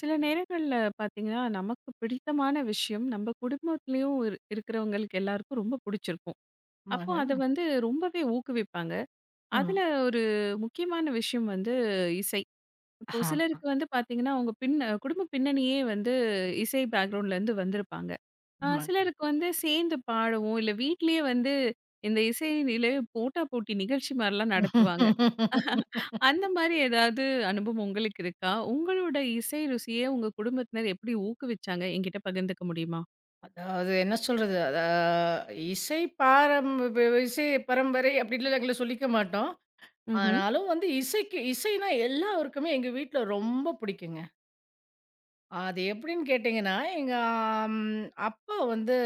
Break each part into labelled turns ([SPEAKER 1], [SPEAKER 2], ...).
[SPEAKER 1] சில நேரங்கள்ல பார்த்தீங்கன்னா, நமக்கு பிடித்தமான விஷயம் நம்ம குடும்பத்திலயும் இருக்கிறவங்களுக்கு எல்லாருக்கும் ரொம்ப பிடிச்சிருக்கும். அப்போ அத
[SPEAKER 2] ஆமாங்க.
[SPEAKER 1] வந்து ரொம்பவே ஊக்குவிப்பாங்க.
[SPEAKER 2] ம்.
[SPEAKER 1] அதுல ஒரு முக்கியமான விஷயம் வந்து இசை. இப்போ
[SPEAKER 2] ஆமா.
[SPEAKER 1] சிலருக்கு வந்து பார்த்தீங்கன்னா, அவங்க பின் குடும்ப பின்னணியே வந்து இசை பேக்ரவுண்ட்லேருந்து வந்திருப்பாங்க.
[SPEAKER 2] ஆமா.
[SPEAKER 1] சிலருக்கு வந்து சேர்ந்து பாடவும், இல்ல வீட்லயே வந்து இந்த இசை நிலைய போட்டா போட்டி நிகழ்ச்சி மாரிலாம் நடத்துவாங்க. அந்த மாரி ஏதாவது அனுபவம் உங்களுக்கு இருக்கா? உங்களோட இசை ருசிய உங்க குடும்பத்தினர் எப்படி ஊக்குவிச்சாங்க? என்கிட்ட பகிர்ந்துக்க முடியுமா?
[SPEAKER 2] அதாவது என்ன சொல்றது? இசை பாரம் ப இசை பரம்பரை அப்படின்லாம் நாங்கள சொல்லிக்க மாட்டோம்.
[SPEAKER 1] ம்ஹ்ம்.
[SPEAKER 2] ஆனாலும் வந்து இசைனா எல்லாருக்குமே எங்க வீட்ல ரொம்ப பிடிக்குங்க. அது எப்படின்னு கேட்டீங்கன்னா, எங்க அப்பா வந்து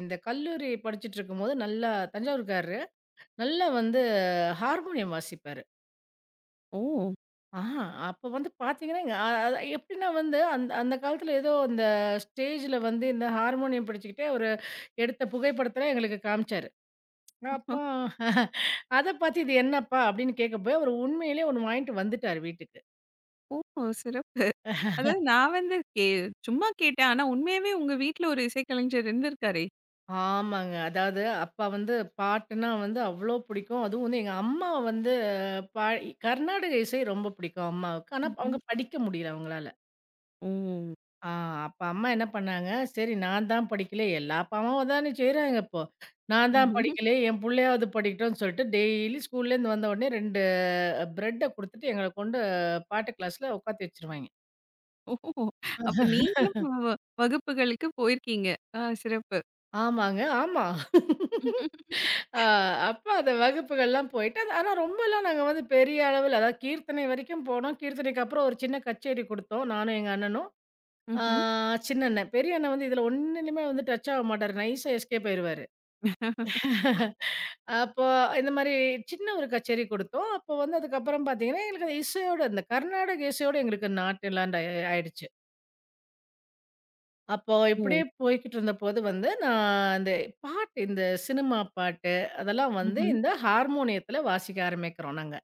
[SPEAKER 2] இந்த கல்லூரி படிச்சுட்டு இருக்கும்போது நல்லா தஞ்சாவூர்காரரு. நல்லா வந்து ஹார்மோனியம் வாசிப்பாரு.
[SPEAKER 1] ஓ!
[SPEAKER 2] ஆஹா! அப்ப வந்து பார்த்தீங்கன்னா, இங்க, அது எப்படின்னா வந்து அந்த அந்த காலத்துல ஏதோ அந்த ஸ்டேஜ்ல வந்து இந்த ஹார்மோனியம் பிடிச்சுக்கிட்டே ஒரு எடுத்த புகைப்படத்துல எங்களுக்கு காமிச்சாரு.
[SPEAKER 1] அஹ்,
[SPEAKER 2] அப்போ அத பார்த்து "இது என்னப்பா?" அப்படின்னு கேட்கப்போய் அவரு உண்மையிலேயே ஒண்ணு வாங்கிட்டு வந்துட்டாரு வீட்டுக்கு.
[SPEAKER 1] ஓ! சிறப்பு. அதாவது நான் வந்து சும்மா கேட்டேன். ஆனா உண்மையாவே உங்க வீட்ல ஒரு இசைக்கலைஞர் இருந்திருக்காரே!
[SPEAKER 2] ஆமாங்க. அதாவது அப்பா வந்து பாட்டுன்னா வந்து அவ்ளோ பிடிக்கும். அதுவும் வந்து எங்க அம்மா வந்து பா கர்நாடக இசை ரொம்ப பிடிக்கும் அம்மாவுக்கு. ஆனா
[SPEAKER 1] ம்ஹ்ம்.
[SPEAKER 2] அவங்க படிக்க முடியல அவங்களால.
[SPEAKER 1] ஓ!
[SPEAKER 2] ஆ அப்ப அம்மா என்ன பண்ணாங்க, "சரி நான் தான் படிக்கல, எல்லா அப்பா அம்மாவும் அதானே செய்றாங்க இப்போ. நான் தான்
[SPEAKER 1] ம்ஹ்ம்.
[SPEAKER 2] படிக்கல, என் புள்ளையாவது படிக்கட்டும்னு" சொல்லிட்டு டெய்லி ஸ்கூல்லேருந்து வந்த உடனே 2 பிரெட்ட குடுத்துட்டு எங்கள கொண்டு பாட்டு கிளாஸ்ல உட்காத்தி வச்சுருவாய்ங்க.
[SPEAKER 1] ஓ! அப்ப நீங்களும் வ வகுப்புகளுக்கு போயிருக்கீங்க. ஆ சிறப்பு.
[SPEAKER 2] ஆமாங்க, ஆமா. ஆ அப்ப அந்த வகுப்புகள்லாம் போயிட்டு, அது ஆனா ரொம்பலாம் நாங்க வந்து பெரிய அளவுல அதாவது கீர்த்தனை வரைக்கும் போனோம். கீர்த்தனைக்கு அப்புறம் ஒரு சின்ன கச்சேரி குடுத்தோம், நானும் எங்க அண்ணனும். ஆ
[SPEAKER 1] ம்ஹ்ம்.
[SPEAKER 2] சின்ன அண்ணன். பெரிய அண்ணன் வந்து இதுல ஒண்ணுலயுமே வந்து டச் ஆக மாட்டாரு. நைஸா எஸ்கேப் ஆயிருவாரு. அப்போ இந்த மாரி சின்ன ஒரு கச்சேரி குடுத்தோம். அப்போ வந்து அதுக்கப்புறம் பார்த்தீங்கன்னா, எங்களுக்கு அந்த இசையோட இந்த கர்நாடக இசையோட எங்களுக்கு நாட்டலான்ட் ஆயிடுச்சு. அப்போ
[SPEAKER 1] ஓ!
[SPEAKER 2] இப்படியே போய்க்கிட்டு இருந்தபோது வந்து, நான் அந்த பாட்டு இந்த சினிமா பாட்டு, அதெல்லாம் வந்து
[SPEAKER 1] ம்ஹ்ம்.
[SPEAKER 2] இந்த ஹார்மோனியத்தில வாசிக்க ஆரம்பிக்கிறோம் நாங்க.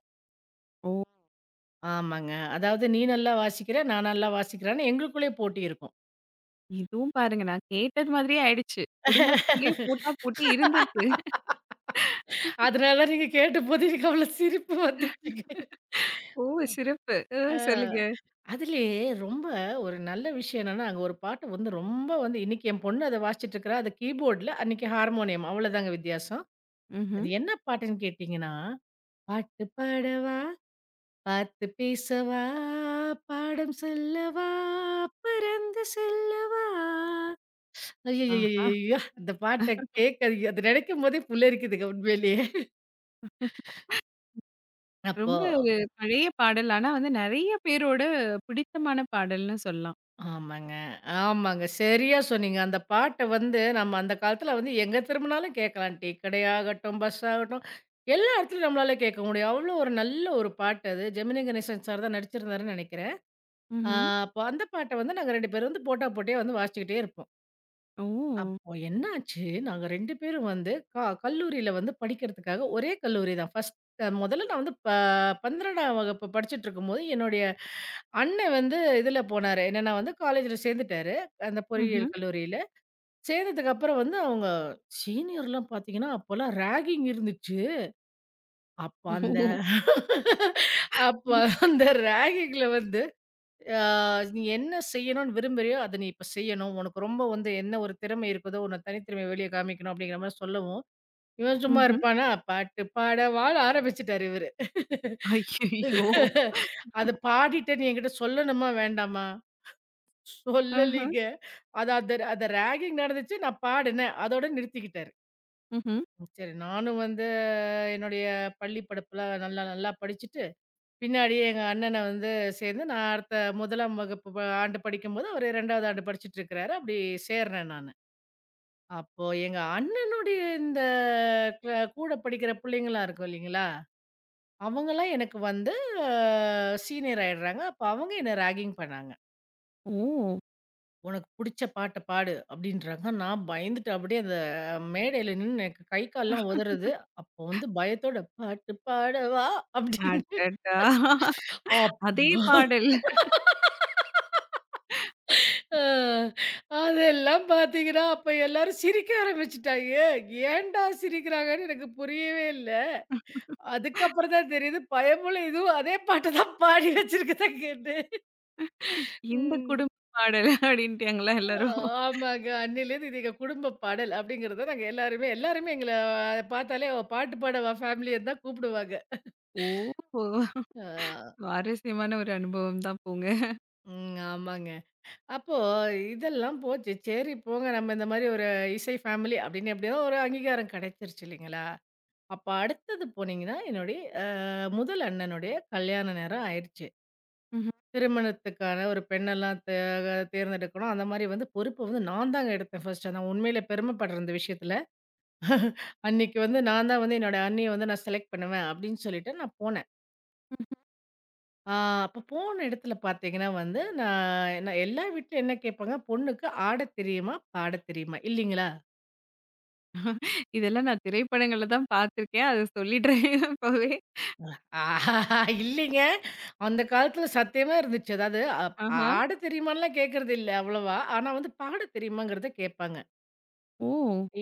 [SPEAKER 1] ஓ!
[SPEAKER 2] ஆமாங்க. அதாவது நீ நல்லா வாசிக்கிற, நான் நல்லா வாசிக்கிறேன்னு எங்களுக்குள்ளேயே போட்டி இருக்கும்.
[SPEAKER 1] இதுவும் பாருங்க நான் கேட்டது மாதிரியே ஆயிடுச்சு. குடும்பத்துக்குள்ளேயே போட்டா போட்டி இருந்திருக்கு.
[SPEAKER 2] அதனால நீங்க கேட்டபோது எனக்கு அவ்வளோ சிரிப்பு வந்துடுச்சுங்க.
[SPEAKER 1] ஓ! சிறப்பு.
[SPEAKER 2] ஆ.
[SPEAKER 1] சொல்லுங்க.
[SPEAKER 2] அதிலயே ரொம்ப ஒரு நல்ல விஷயம் என்னன்னா, அங்க ஒரு பாட்டு வந்து ரொம்ப வந்து இன்னைக்கு என் பொண்ணு அத வாசிச்சுட்டுருக்கிறா. அது கீபோர்ட்ல, அன்னைக்கு ஹார்மோனியம் அவ்வளோதாங்க வித்தியாசம். அது
[SPEAKER 1] ம்ஹ்ம்.
[SPEAKER 2] என்ன பாட்டுன்னு கேட்டீங்கன்னா, "பாட்டு பாடவா, பார்த்து பேசவா, பாடம் சொல்லவா, பறந்து செல்லவா"
[SPEAKER 1] ஆஹா!
[SPEAKER 2] ஐயய்யய்யய்யய்யோ! அந்த பாட்ட கேட்க அது நினைக்கும் போதே புல்லரிக்குதுங்க உண்மையிலேயே. அப்போ
[SPEAKER 1] ரொம்ப ஒரு பழைய பாடல். ஆனா வந்து நெறைய பேரோட பிடித்தமான பாடல்ன்னு சொல்லலாம்.
[SPEAKER 2] ஆமாங்க. ஆமாங்க. சரியா சொன்னீங்க. அந்த பாட்ட வந்து நம்ம அந்த காலத்துல வந்து எங்க திரும்பினாலும் கேட்கலாம். டீ கடையாகட்டும், பஸ் ஆகட்டும், எல்லா இடத்துலயும் நம்மளால கேட்க முடியும். அவ்வளோ ஒரு நல்ல ஒரு பாட்டு அது. ஜெமினி கணேசன் சார் தான் நடிச்சிருந்தாருன்னு நெனைக்கிறேன். ஆ
[SPEAKER 1] ம்ஹ்ம்.
[SPEAKER 2] அப்போ அந்த பாட்ட வந்து நாங்க 2 பேரும் வந்து போட்டா போட்டியா வந்து வாசிச்சுக்கிட்டே இருப்போம்.
[SPEAKER 1] ஓ!
[SPEAKER 2] அப்போ என்னாச்சு, நாங்க 2 பேரும் வந்து கல்லூரியில வந்து படிக்கிறதுக்காக ஒரே கல்லூரி தான். முதல்ல நான் வந்து 12ஆம் வகுப்பு படிச்சுட்டு இருக்கும்போது என்னுடைய அண்ணன் வந்து இதுல போனாரு. என்னன்னா வந்து காலேஜ்ல சேர்ந்துட்டாரு. அந்த
[SPEAKER 1] ம்ஹ்ம்.
[SPEAKER 2] பொறியியல் கல்லூரியில. சேர்ந்ததுக்கு அப்புறம் வந்து அவங்க சீனியர்லாம் பார்த்தீங்கன்னா, அப்போலாம் ரேகிங் இருந்துச்சு. அப்ப அந்த
[SPEAKER 1] ஓ!
[SPEAKER 2] அப்ப அந்த ரேகிங்ல வந்து அ நீ என்ன செய்யணும்னு விரும்புறியோ, அத நீ இப்ப செய்யணும். உனக்கு ரொம்ப வந்து என்ன ஒரு திறமை இருக்குதோ, உன்ன தனித்திறமைய வெளிய காமிக்கணும் அப்படிங்கிற மாரி சொல்லவும், இவன் சும்மா
[SPEAKER 1] ம்ஹ்ம்.
[SPEAKER 2] இருப்பானா? பாட்டு பாடவான்னு ஆரம்பிச்சுட்டாரு இவரு.
[SPEAKER 1] ஐயய்யோ!
[SPEAKER 2] அத பாடிட்டேன்னு என்கிட்ட சொல்லணுமா? வேண்டாமா?
[SPEAKER 1] ஆஹ.
[SPEAKER 2] சொல்லலீங்க. அது அந்த அந்த ராகிங் நடந்துச்சு. நான் பாடுனேன். அதோட நிறுத்திக்கிட்டாரு.
[SPEAKER 1] ம்ஹ்ம்.
[SPEAKER 2] சரி நானும் வந்து என்னுடைய பள்ளி படிப்புல நல்லா நல்லா படிச்சுட்டு, பின்னாடியே எங்க அண்ணன வந்து சேர்ந்து நான் அடுத்த 1ஆம் வகுப்பு ஆண்டு படிக்கும்போது, அவரு 2வது ஆண்டு படிச்சுட்டுருக்கிறாரு. அப்படி சேர்றேன் நானு. அப்போ எங்க அண்ணனுடைய இந்த க கூட படிக்கிற பிள்ளைங்கலாம் இருக்கும் இல்லைங்களா? அவங்கலாம் எனக்கு வந்து அ சீனியர் ஆயிடுறாங்க. அப்ப அவங்க என்ன ராகிங் பண்ணாங்க.
[SPEAKER 1] ஓ!
[SPEAKER 2] உனக்கு புடிச்ச பாட்ட பாடு அப்படின்றாங்க. நான் பயந்துட்டு அப்படியே அந்த மேடையில நின்னு எனக்கு கை கால்லாம் உதறுது. அப்போ வந்து பயத்தோட பாட்டு பாடவா அப்படின்னு
[SPEAKER 1] அடடா!
[SPEAKER 2] அப்
[SPEAKER 1] அதே பாடல்.
[SPEAKER 2] அ அதெல்லாம் பார்த்தீங்கன்னா, அப்ப எல்லாரும் சிரிக்க ஆரம்பிச்சுட்டாங்க. ஏன்டா சிரிக்கிறாங்கன்னு எனக்கு புரியவே இல்ல. அதுக்கப்புறம் தான் தெரியுது பயமுள்ள இதுவும் அதே பாட்ட தான் பாடி வச்சிருக்கதாங்கன்னு.
[SPEAKER 1] இந்த
[SPEAKER 2] ம்.
[SPEAKER 1] குடும்ப பாடல் அப்டின்ட்டாங்களா எல்லாரும்?
[SPEAKER 2] ஆமாங்க. அன்னையிலேருந்து இது எங்க குடும்ப பாடல் அப்படிங்கிறத நாங்க எல்லாருமே எல்லாருமே எங்கள பார்த்தாலே "அவ பாட்டு பாட வா ஃபேமிலின்னு தான் கூப்பிடுவாங்க.
[SPEAKER 1] ஓஹோ!
[SPEAKER 2] ஆ.
[SPEAKER 1] சுவாரஸ்யமான ஒரு அனுபவம் தான் போங்க.
[SPEAKER 2] ம். ஆமாங்க. அப்போ இதெல்லாம் போச்சு. சரி போங்க நம்ம இந்த மாரி ஒரு இசை ஃபேமிலி அப்படின்னு எப்படியோ ஒரு அங்கீகாரம் கிடைச்சிருச்சு இல்லைங்களா? அப்ப அடுத்தது போனீங்கன்னா, என்னுடைய முதல் அண்ணனுடைய கல்யாண நேரம் ஆயிருச்சு.
[SPEAKER 1] ம்ஹ்ம்.
[SPEAKER 2] திருமணத்துக்கான ஒரு பெண்ணெல்லாம் தேர்ந்தெடுக்கணும். அந்த மாரி வந்து பொறுப்பு வந்து நான் தாங்க எடுத்தேன் ஃபர்ஸ்ட். நான் உண்மையிலே பெருமைப்படுற இந்த விஷயத்துல. அன்னைக்கு வந்து நான் தான் வந்து என்னோட அண்ணிய வந்து நான் செலக்ட் பண்ணுவேன் அப்படின்னு சொல்லிட்டு நான் போனேன். ஆ அப்ப போன இடத்துல பார்த்தீங்கன்னா வந்து, நான் நான் எல்லா வீட்லயும் என்ன கேட்பாங்க, "பொண்ணுக்கு ஆடத் தெரியுமா? பாடத் தெரியுமா?" இல்லைங்களா?
[SPEAKER 1] இதெல்லாம் நான் திரைப்படங்கள்ல தான் பார்த்துருக்கேன். அத சொல்லிடுறேன் இப்பவே.
[SPEAKER 2] ஆஹா, இல்லைங்க. அந்த காலத்துல சத்தியமா இருந்துச்சு. அதாவது
[SPEAKER 1] ஆஹா.
[SPEAKER 2] ஆடத் தெரியுமான்னுலாம் கேட்கறது இல்ல அவ்வளவா. ஆனா வந்து பாடத் தெரியுமாங்கிறத கேட்பாங்க.
[SPEAKER 1] ஓ!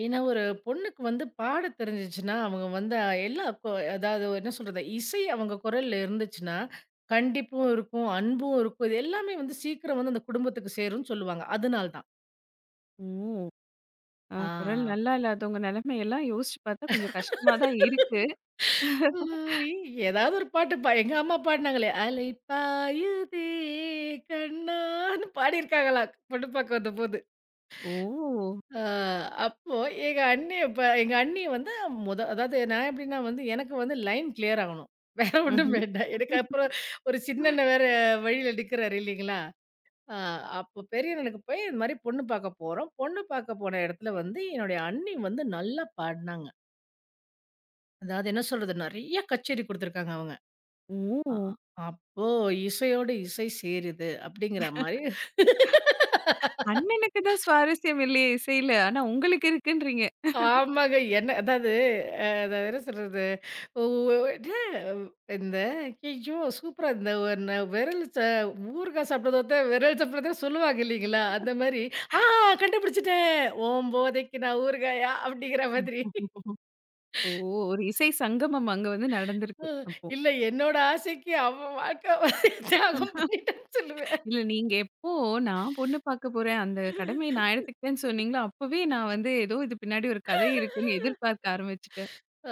[SPEAKER 2] ஏன்னா, ஒரு பொண்ணுக்கு வந்து பாட தெரிஞ்சுச்சுன்னா, அவங்க வந்து எல்லா கொ அதாவது என்ன சொல்றது? இசை அவங்க குரல்ல இருந்துச்சுன்னா, கண்டிப்பும் இருக்கும், அன்பும் இருக்கும். இது எல்லாமே வந்து சீக்கிரம் வந்து அந்த குடும்பத்துக்கு சேரும்ன்னு சொல்லுவாங்க. அதனால தான்.
[SPEAKER 1] ம். ஆ குரல்
[SPEAKER 2] ஆ.
[SPEAKER 1] நல்லா இல்லாதவங்க நெலைமையெல்லாம் யோசிச்சு பார்த்தா கொஞ்சம் கஷ்டமா தான் இருக்கு.
[SPEAKER 2] ஐ ஏதாவது ஒரு பாட்டு எங்க அம்மா பாடுனாங்களே, "அலை பாயுதே கண்ணான்னு" பாடியிருக்காங்களாம் பொண்ணு பார்க்க வந்தபோது.
[SPEAKER 1] ஓ!
[SPEAKER 2] ஆ அப்போ எங்க அண்ணி வந்து அதாவது நான் எப்படின்னா வந்து, எனக்கு வந்து லைன் கிளியர் ஆகணும். வேற ஒண்ணும்
[SPEAKER 1] ம்ஹ்ம்.
[SPEAKER 2] வேண்டாம். எனக்கு அப்புறம் ஒரு சின்னண்ணன் வேற வழியில நிக்கிறாரு இல்லைங்களா? ஆ அப்போ பெரியண்ணனுக்கு போய் இந்த மாரி பொண்ணு பார்க்க போறோம். பொண்ணு பார்க்க போன இடத்துல வந்து என்னுடைய அண்ணி வந்து நல்லா பாடுனாங்க. அதாவது என்ன சொல்றது? நெறைய கச்சேரி குடுத்துருக்காங்க அவங்க. அ
[SPEAKER 1] ஓ!
[SPEAKER 2] அப்போ இசையோடு இசை சேருது அப்படிங்கிற மாரி
[SPEAKER 1] அண்ணனுக்கு தான் சுவாரஸ்யம் இல்லையே இசையில. ஆனா உங்களுக்கு இருக்குன்றீங்க.
[SPEAKER 2] ஆமாங்க. என்ன அதாவது அதாவது என்ன சொல்றது? ஒ இது இந்த ஐயய்யோ! சூப்பரா இந்த ஒன்ன விரல் ச ஊறுகாய் விரல் சாப்பிடுறத சொல்லுவாங்க இல்லைங்களா? அந்த மாரி, "ஆ கண்டுபிடிச்சுட்டேன். ஓம்போதைக்கு நான் ஊறுகாயா?" அப்படிங்கிற மாதிரி.
[SPEAKER 1] ஓ! ஒரு இசை சங்கமம் அங்க வந்து நடந்திருக்கு
[SPEAKER 2] அ
[SPEAKER 1] அப்போ.
[SPEAKER 2] இல்ல என்னோட ஆசைக்கு அவன் வாழ்க்க தியாகம் பண்ணிட்டான்னு சொல்லுவேன்.
[SPEAKER 1] இல்ல நீங்க எப்போ நான் பொண்ணு பார்க்க போறேன், அந்த கடமைய நான் எடுத்துக்கிட்டேன்னு சொன்னீங்களோ, அப்பவே நான் வந்து ஏதோ இது பின்னாடி ஒரு கதை இருக்குன்னு எதிர்பார்க்க ஆரம்பிச்சுட்டேன்.
[SPEAKER 2] அ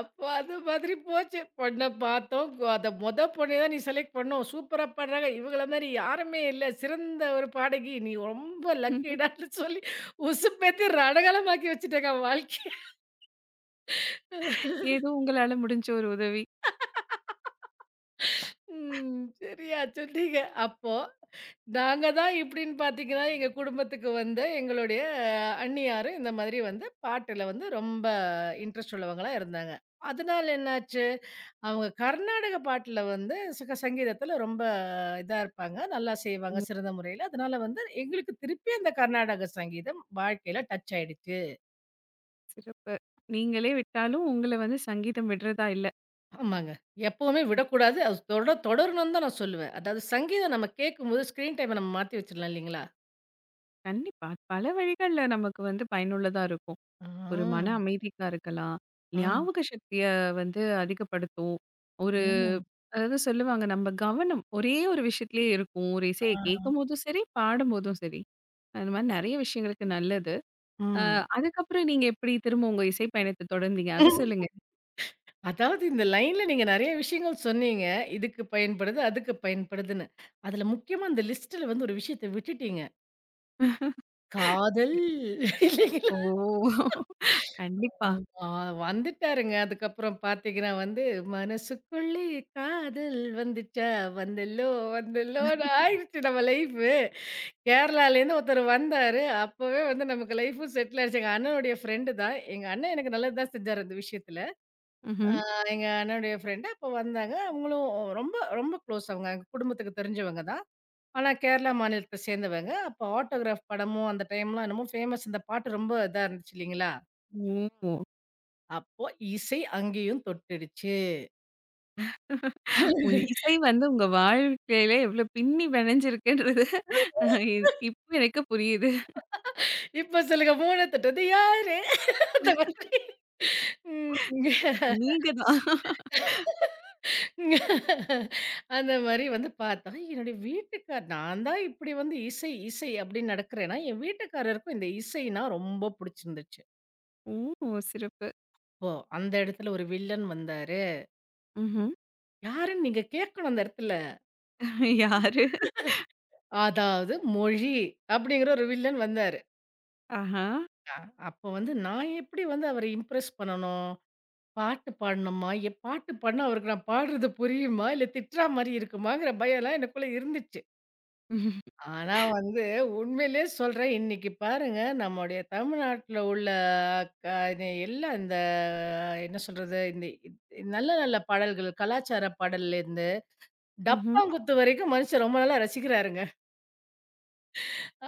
[SPEAKER 2] அப்போ அது மாதிரி போச்சு. பொண்ண பார்த்தோம். கு அத மொத பொண்ணய தான் நீ செலக்ட் பண்ணோம். சூப்பரா பாடுறாங்க. இவங்கள மாரி யாருமே இல்ல. சிறந்த ஒரு பாடகி. நீ ரொம்ப லக்கிடான்னு சொல்லி உசுப்பேத்தி ரணகளமாக்கி வச்சுட்டேங்க வாழ்க்கைய.
[SPEAKER 1] ஏதோ உங்களால முடிஞ்ச ஒரு உதவி.
[SPEAKER 2] ம். சரியா சொன்னீங்க. அப்போ நாங்க தான் இப்டின்னு பார்த்தீங்கன்னா, எங்க குடும்பத்துக்கு வந்து எங்களுடைய அண்ணியாரு இந்த மாதிரி வந்து பாட்டுல வந்து ரொம்ப இன்ட்ரெஸ்ட் உள்ளவங்களா இருந்தாங்க. அதனால என்னாச்சு? அவங்க கர்நாடக பாட்டுல வந்து சுக சங்கீதத்துல ரொம்ப இதா இருப்பாங்க. நல்லா செய்வாங்க
[SPEAKER 1] ம்.
[SPEAKER 2] சிறந்த முறையில. அதனால வந்து எங்களுக்கு திருப்பி அந்த கர்நாடக சங்கீதம் வாழ்க்கையில டச் ஆயிடுச்சு.
[SPEAKER 1] சிறப்பு. நீங்களே விட்டாலும் உங்கள வந்து சங்கீதம் விடுறதா இல்ல.
[SPEAKER 2] ஆமாங்க. எப்பவுமே விடக்கூடாது. அது தொட தொடரணும்னு தான் நான் சொல்லுவேன். அதாவது சங்கீதம் நம்ம கேட்கும்போது ஸ்க்ரீன் டைம நம்ம மாத்தி வச்சுடலாம் இல்லைங்களா?
[SPEAKER 1] கண்டிப்பா. பல வழிகள்ல நமக்கு வந்து பயனுள்ளதா இருக்கும்.
[SPEAKER 2] ஆ,
[SPEAKER 1] ஒரு மன அமைதிக்கா இருக்கலாம்.
[SPEAKER 2] ஆ,
[SPEAKER 1] ஞாபக சக்திய வந்து அதிகப்படுத்தும். ஒரு
[SPEAKER 2] ம்,
[SPEAKER 1] அதாவது சொல்லுவாங்க, நம்ம கவனம் ஒரே ஒரு விஷயத்திலேயே இருக்கும். ஒரு இசைய
[SPEAKER 2] ஆ,
[SPEAKER 1] கேட்கும்போதும் சரி, பாடும்போதும் சரி. அந்த மாரி நெறைய விஷயங்களுக்கு நல்லது. அ
[SPEAKER 2] ம்.
[SPEAKER 1] அதுக்கப்புறம் நீங்க எப்படி திரும்ப உங்க இசை பயணத்த தொடர்ந்தீங்க? அது சொல்லுங்க.
[SPEAKER 2] அதாவது இந்த லைன்ல நீங்க நெறைய விஷயங்கள் சொன்னீங்க. இதுக்கு பயன்படுது, அதுக்கு பயன்படுதுன்னு. அதுல முக்கியமா அந்த லிஸ்ட்ல வந்து ஒரு விஷயத்த விட்டுட்டீங்க. காதல் இல்லைங்களா?
[SPEAKER 1] ஓ! கண்டிப்பா.
[SPEAKER 2] ஆமா வந்துட்டாருங்க. அதுக்கப்புறம் பார்த்தீங்கன்னா வந்து, மனசுக்குள்ளே காதல் வந்துச்சா வந்தல்லோ வந்தல்லோன்னு ஆயிடுச்சு நம்ம லைஃபு. கேரளாலேருந்து ஒருத்தர் வந்தாரு. அப்பவே வந்து நமக்கு லைஃபும் செட்டில் ஆயிடுச்சு. எங்க அண்ணனுடைய ஃப்ரெண்டு தான். எங்க அண்ணன் எனக்கு நல்லது தான் செஞ்சாரு அந்த விஷயத்துல. ஆ
[SPEAKER 1] ம்ஹ்ம்.
[SPEAKER 2] எங்க அண்ணனுடைய ஃப்ரெண்டு அப்ப வந்தாங்க. அவங்களும் ரொம்ப ரொம்ப க்ளோஸ் அவங்க. எங்க குடும்பத்துக்கு தெரிஞ்சவங்க தான். ஆனா கேரளா மாநிலத்த சேர்ந்தவங்க. அப்போ ஆட்டோகிராஃப் படமும் அந்த டைம்லாம் என்னமோ ஃபேமஸ் இந்த பாட்டு ரொம்ப இதா இருந்துச்சு இல்லைங்களா?
[SPEAKER 1] ஓ!
[SPEAKER 2] அப்போ இசை அங்கேயும் தொட்டுடுச்சு.
[SPEAKER 1] ஒரு இசை வந்து உங்க வாழ்க்கையில எவ்ளோ பின்னி பெணஞ்சிருக்குன்றது, இ இப்போ எனக்கு புரியுது.
[SPEAKER 2] இப்ப சொல்லுங்க "மூண தொட்டது யாரு?" அந்த மாதிரி. ம்.
[SPEAKER 1] நீங்க தான்.
[SPEAKER 2] அந்த மாரி வந்து பார்த்தா, என்னுடைய வீட்டுக்கார் நான் தான் இப்படி வந்து இசை, இசை அப்படின்னு நடக்கிறேன்னா, என் வீட்டுக்காரருக்கும் இந்த இசைனா ரொம்ப புடிச்சிருந்துச்சு.
[SPEAKER 1] ஓ! சிறப்பு.
[SPEAKER 2] ஓ! அந்த இடத்துல ஒரு வில்லன் வந்தாரு.
[SPEAKER 1] ம்ஹ்ம்.
[SPEAKER 2] யாருன்னு நீங்க கேட்கணும் அந்த இடத்துல.
[SPEAKER 1] யாரு?
[SPEAKER 2] அதாவது மொழி அப்படிங்கிற ஒரு வில்லன் வந்தாரு.
[SPEAKER 1] ஆஹா.
[SPEAKER 2] அ அப்போ வந்து நான் எப்படி வந்து அவர இம்ப்ரெஸ் பண்ணணும்? பாட்டு பாடணுமா? என் பாட்டு பாடுனா அவருக்கு நான் பாடுறது புரியுமா? இல்ல திட்டுறா மாரி இருக்குமாங்கிற பயம்லாம் எனக்குள்ள இருந்துச்சு.
[SPEAKER 1] ம்ஹ்ம்.
[SPEAKER 2] ஆனா வந்து உண்மையிலேயே சொல்றேன், இன்னைக்கு பாருங்க நம்முடைய தமிழ்நாட்ல உள்ள க இது எல்லாம் இந்த என்ன சொல்றது? நல்ல நல்ல பாடல்கள், கலாச்சார பாடல்லேருந்து,
[SPEAKER 1] ம்ஹ்ம்.
[SPEAKER 2] டப்பாங்குத்து வரைக்கும் மனுஷன் ரொம்ப நல்லா ரசிக்கிறாருங்க.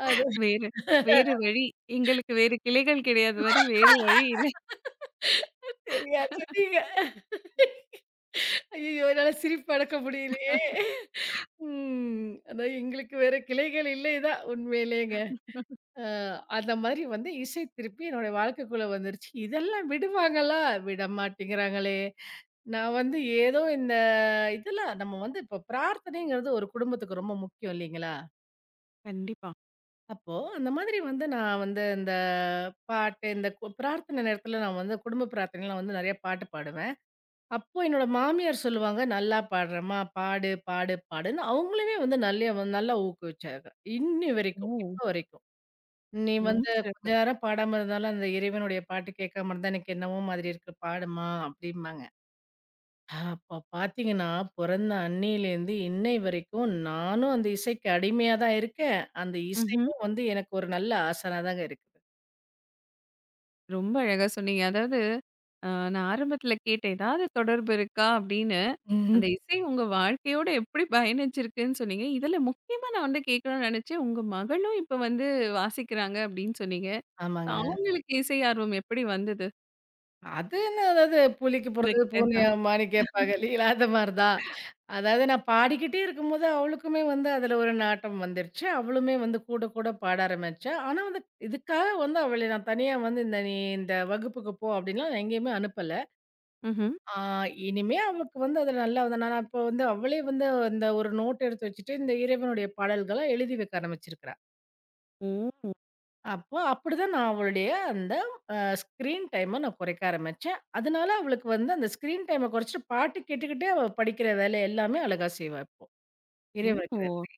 [SPEAKER 2] அது
[SPEAKER 1] வேறு வேறு வழி. எங்களுக்கு வேறு கிளைகள் கிடையாது மாரி வேறு வழி இல்ல.
[SPEAKER 2] சரியா சொன்னீங்க. ஐயய்யோ! என்னால சிரிப்பு அடக்க முடியலையே! ம். அதான் எங்களுக்கு வேற கிளைகள் இல்லை தான் உண்மையிலேங்க. அ அந்த மாரி வந்து இசை திருப்பி என்னுடைய வாழ்க்கைக்குள்ள வந்துருச்சு. இதெல்லாம் விடுவாங்களா? விட மாட்டேங்கிறாங்களே! நான் வந்து ஏதோ இந்த இதெல்லாம் நம்ம வந்து இப்போ பிரார்த்தனைங்கிறது ஒரு குடும்பத்துக்கு ரொம்ப முக்கியம் இல்லைங்களா?
[SPEAKER 1] கண்டிப்பா.
[SPEAKER 2] அப்போ, அந்த மாதிரி வந்து நான் வந்து இந்த பாட்டு, இந்த பிரார்த்தனை நேரத்தில நான் வந்து குடும்ப பிரார்த்தனையில நான் வந்து நெறைய பாட்டு பாடுவேன். அப்போ என்னோட மாமியார் சொல்லுவாங்க, "நல்லா பாடுறம்மா, பாடு, பாடு, பாடுன்னு" அவங்களுமே வந்து நல்லைய வந்து நல்லா ஊக்குவிச்சாங்க. இன்னி வரைக்கும்,
[SPEAKER 1] ஓ!
[SPEAKER 2] இப்ப வரைக்கும். "நீ
[SPEAKER 1] ரொம்ப
[SPEAKER 2] வந்து கொஞ்ச
[SPEAKER 1] சிறப்பு.
[SPEAKER 2] நேரம் பாடாம இருந்தாலும், அந்த இறைவனுடைய பாட்டு கேட்காம இருந்தா, எனக்கு என்னவோ மாதிரி இருக்கு, பாடுமா" அப்படிம்பாங்க. அப்ப பார்த்தீங்கன்னா, பொறந்த அன்னையிலேருந்து இன்னை வரைக்கும் நானும் அந்த இசைக்கு அடிமையா தான் இருக்கேன். அந்த
[SPEAKER 1] ம்ஹ்ம்.
[SPEAKER 2] இசையும் வந்து எனக்கு ஒரு நல்ல ஆசானா தாங்க இருக்குது.
[SPEAKER 1] ரொம்ப அழகா சொன்னீங்க. அதாவது அ நான் ஆரம்பத்தில கேட்டேன். ஏதாவது தொடர்பு இருக்கா அப்படின்னு. அந்த
[SPEAKER 2] ம்.
[SPEAKER 1] இசை உங்க வாழ்க்கையோட எப்படி பயணிச்சிருக்குன்னு சொன்னீங்க. இதில முக்கியமா நான் வந்து கேட்கணும்னு நினைச்சேன். உங்க மகளும் இப்ப வந்து வாசிக்கிறாங்க அப்படின்னு சொன்னீங்க.
[SPEAKER 2] ஆமாங்க.
[SPEAKER 1] அவங்களுக்கு இசை ஆர்வம் எப்படி வந்தது?
[SPEAKER 2] அது என்ன அதாவது புலிக்கு பிறந்தது
[SPEAKER 1] உங்ககிட்ட இருந்து?
[SPEAKER 2] பூனையா மான்னு கேட்பாங்க இல்லைங்களா? அது மாரி தான். அதாவது நான் பாடிக்கிட்டே இருக்கும்போது அவளுக்குமே வந்து அதில ஒரு நாட்டம் வந்துருச்சு. அவளுமே வந்து கூட கூட பாட ஆரம்பிச்சா. ஆனா வந்து இதுக்காக வந்து அவள நான் தனியா வந்து இந்த நீ இந்த வகுப்புக்கு போ அப்படின்லாம் நான் எங்கேயுமே அனுப்பல.
[SPEAKER 1] ம்ஹ்ம்.
[SPEAKER 2] ஆ இனிமே அவளுக்கு வந்து அதுல நல்லா வந்து நான் இப்போ வந்து அவளே வந்து அந்த ஒரு நோட் எடுத்து வச்சுட்டு, இந்த இறைவனுடைய பாடல்கள எழுதி வைக்க ஆரம்பிச்சிருக்கிறா.
[SPEAKER 1] ஓ!
[SPEAKER 2] அப்போ அப்படிதான் நான் அவளுடைய அந்த அ ஸ்க்ரீன் டைம நான் குறைக்க ஆரம்பிச்சேன். அதனால அவளுக்கு வந்து அந்த ஸ்க்ரீன் டைம குறைச்சுட்டு பாட்டு கேட்டுக்கிட்டே அவ படிக்கிற வேலை எல்லாமே அழகா செய்வா இப்போ.
[SPEAKER 1] ஓ!
[SPEAKER 2] இறைவனுக்கு நன்றி.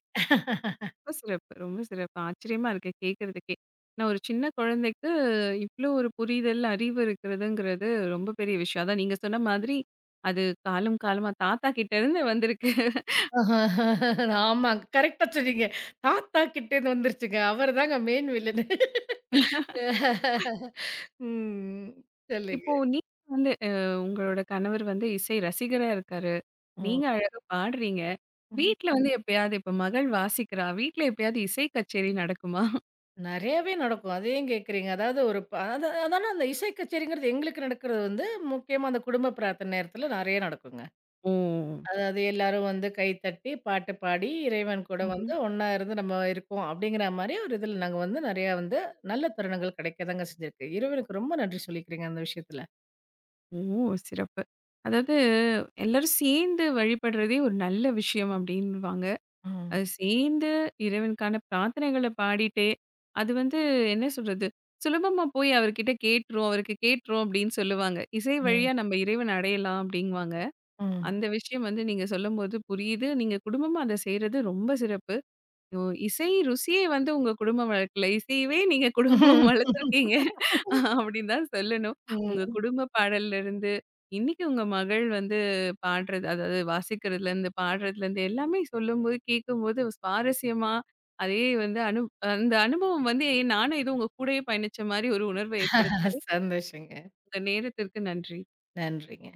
[SPEAKER 1] ரொம்ப சிறப்பு, ரொம்ப சிறப்பு. ஆச்சரியமா இருக்கு கேட்கறதுக்கே. நான் ஒரு சின்ன குழந்தைக்கு இவ்ளோ ஒரு புரிதல், அறிவு இருக்கிறதுங்கிறது ரொம்ப பெரிய விஷயம். அதான் நீங்க சொன்ன மாதிரி அது காலம் காலமா தாத்தா கிட்ட இருந்து வந்திருக்கு.
[SPEAKER 2] ஆமாங்க. கரெக்ட்டா சொன்னீங்க. தாத்தா கிட்டேருந்து வந்துருச்சுங்க. அவரு தாங்க மெயின் வில்லனு. ம். சொல்லுங்க.
[SPEAKER 1] இப்போ நீங்க வந்து உங்களோட கணவர் வந்து இசை ரசிகரா இருக்காரு. நீங்க அழகா பாடுறீங்க.
[SPEAKER 2] ம்.
[SPEAKER 1] வீட்ல வந்து எப்பயாவது இப்ப மகள் வாசிக்கிறா. வீட்ல எப்பயாவது இசை கச்சேரி நடக்குமா?
[SPEAKER 2] நெறையாவே நடக்கும். அது ஏன் கேட்கிறீங்க? அதாவது ஒரு ப அத அதான அந்த இசை கச்சேரிங்கிறது எங்களுக்கு நடக்கிறது வந்து, முக்கியமா அந்த குடும்ப பிரார்த்தனை நேரத்தில நெறைய நடக்குங்க.
[SPEAKER 1] ஓ!
[SPEAKER 2] அதாவது எல்லாரும் வந்து கைத்தட்டி, பாட்டு பாடி, இறைவன் கூட வந்து ஒண்ணா இருந்து நம்ம இருக்கோம் அப்படிங்கிற மாரி ஒரு இதில நாங்க வந்து நெறையா வந்து நல்ல தருணங்கள் கிடைக்க தாங்க செஞ்சிருக்கு. இறைவனுக்கு ரொம்ப நன்றி சொல்லிக்கிறேங்க அந்த விஷயத்தில.
[SPEAKER 1] ஓ! சிறப்பு. அதாவது எல்லாரும் சேர்ந்து வழிபடுறதே ஒரு நல்ல விஷயம் அப்படின்னுவாங்க.
[SPEAKER 2] ம்,
[SPEAKER 1] அது சேர்ந்து இறைவனுக்கான பிரார்த்தனைகள பாடிட்டே, அது வந்து என்ன சொல்றது? சுலபமா போய் அவர்கிட்ட கேட்டுரும், அவருக்கு கேட்டுரும் அப்படின்னு சொல்லுவாங்க. இசை
[SPEAKER 2] ம்,
[SPEAKER 1] வழியா நம்ம இறைவன் அடையலாம் அப்படிங்குவாங்க.
[SPEAKER 2] ம்.
[SPEAKER 1] அந்த விஷயம் வந்து நீங்க சொல்லும்போது புரியுது. நீங்க குடும்பமா அத செய்றது ரொம்ப சிறப்பு. ஓ! இசை ருசியே வந்து உங்க குடும்ப வழக்குல. இசையவே நீங்க குடும்பமா வளர்த்துருக்கீங்க. அப்படின்னு தான் சொல்லணும். உங்க
[SPEAKER 2] ம்.
[SPEAKER 1] குடும்ப பாடல்ல இருந்து, இன்னைக்கு உங்க மகள் வந்து பாடுறது, அதாவது வாசிக்கிறதுலேருந்து, பாடுறதுலேருந்து எல்லாமே சொல்லும்போது, கேட்கும்போது சுவாரஸ்யமா, அதே வந்து அனு அந்த அனுபவம் வந்து நானும் ஏதோ உங்க கூடயே பயணிச்ச மாரி ஒரு உணர்வை ஏற்படுத்தி
[SPEAKER 2] சந்தோஷங்க.
[SPEAKER 1] உங்க நேரத்திற்கு நன்றி.
[SPEAKER 2] நன்றிங்க.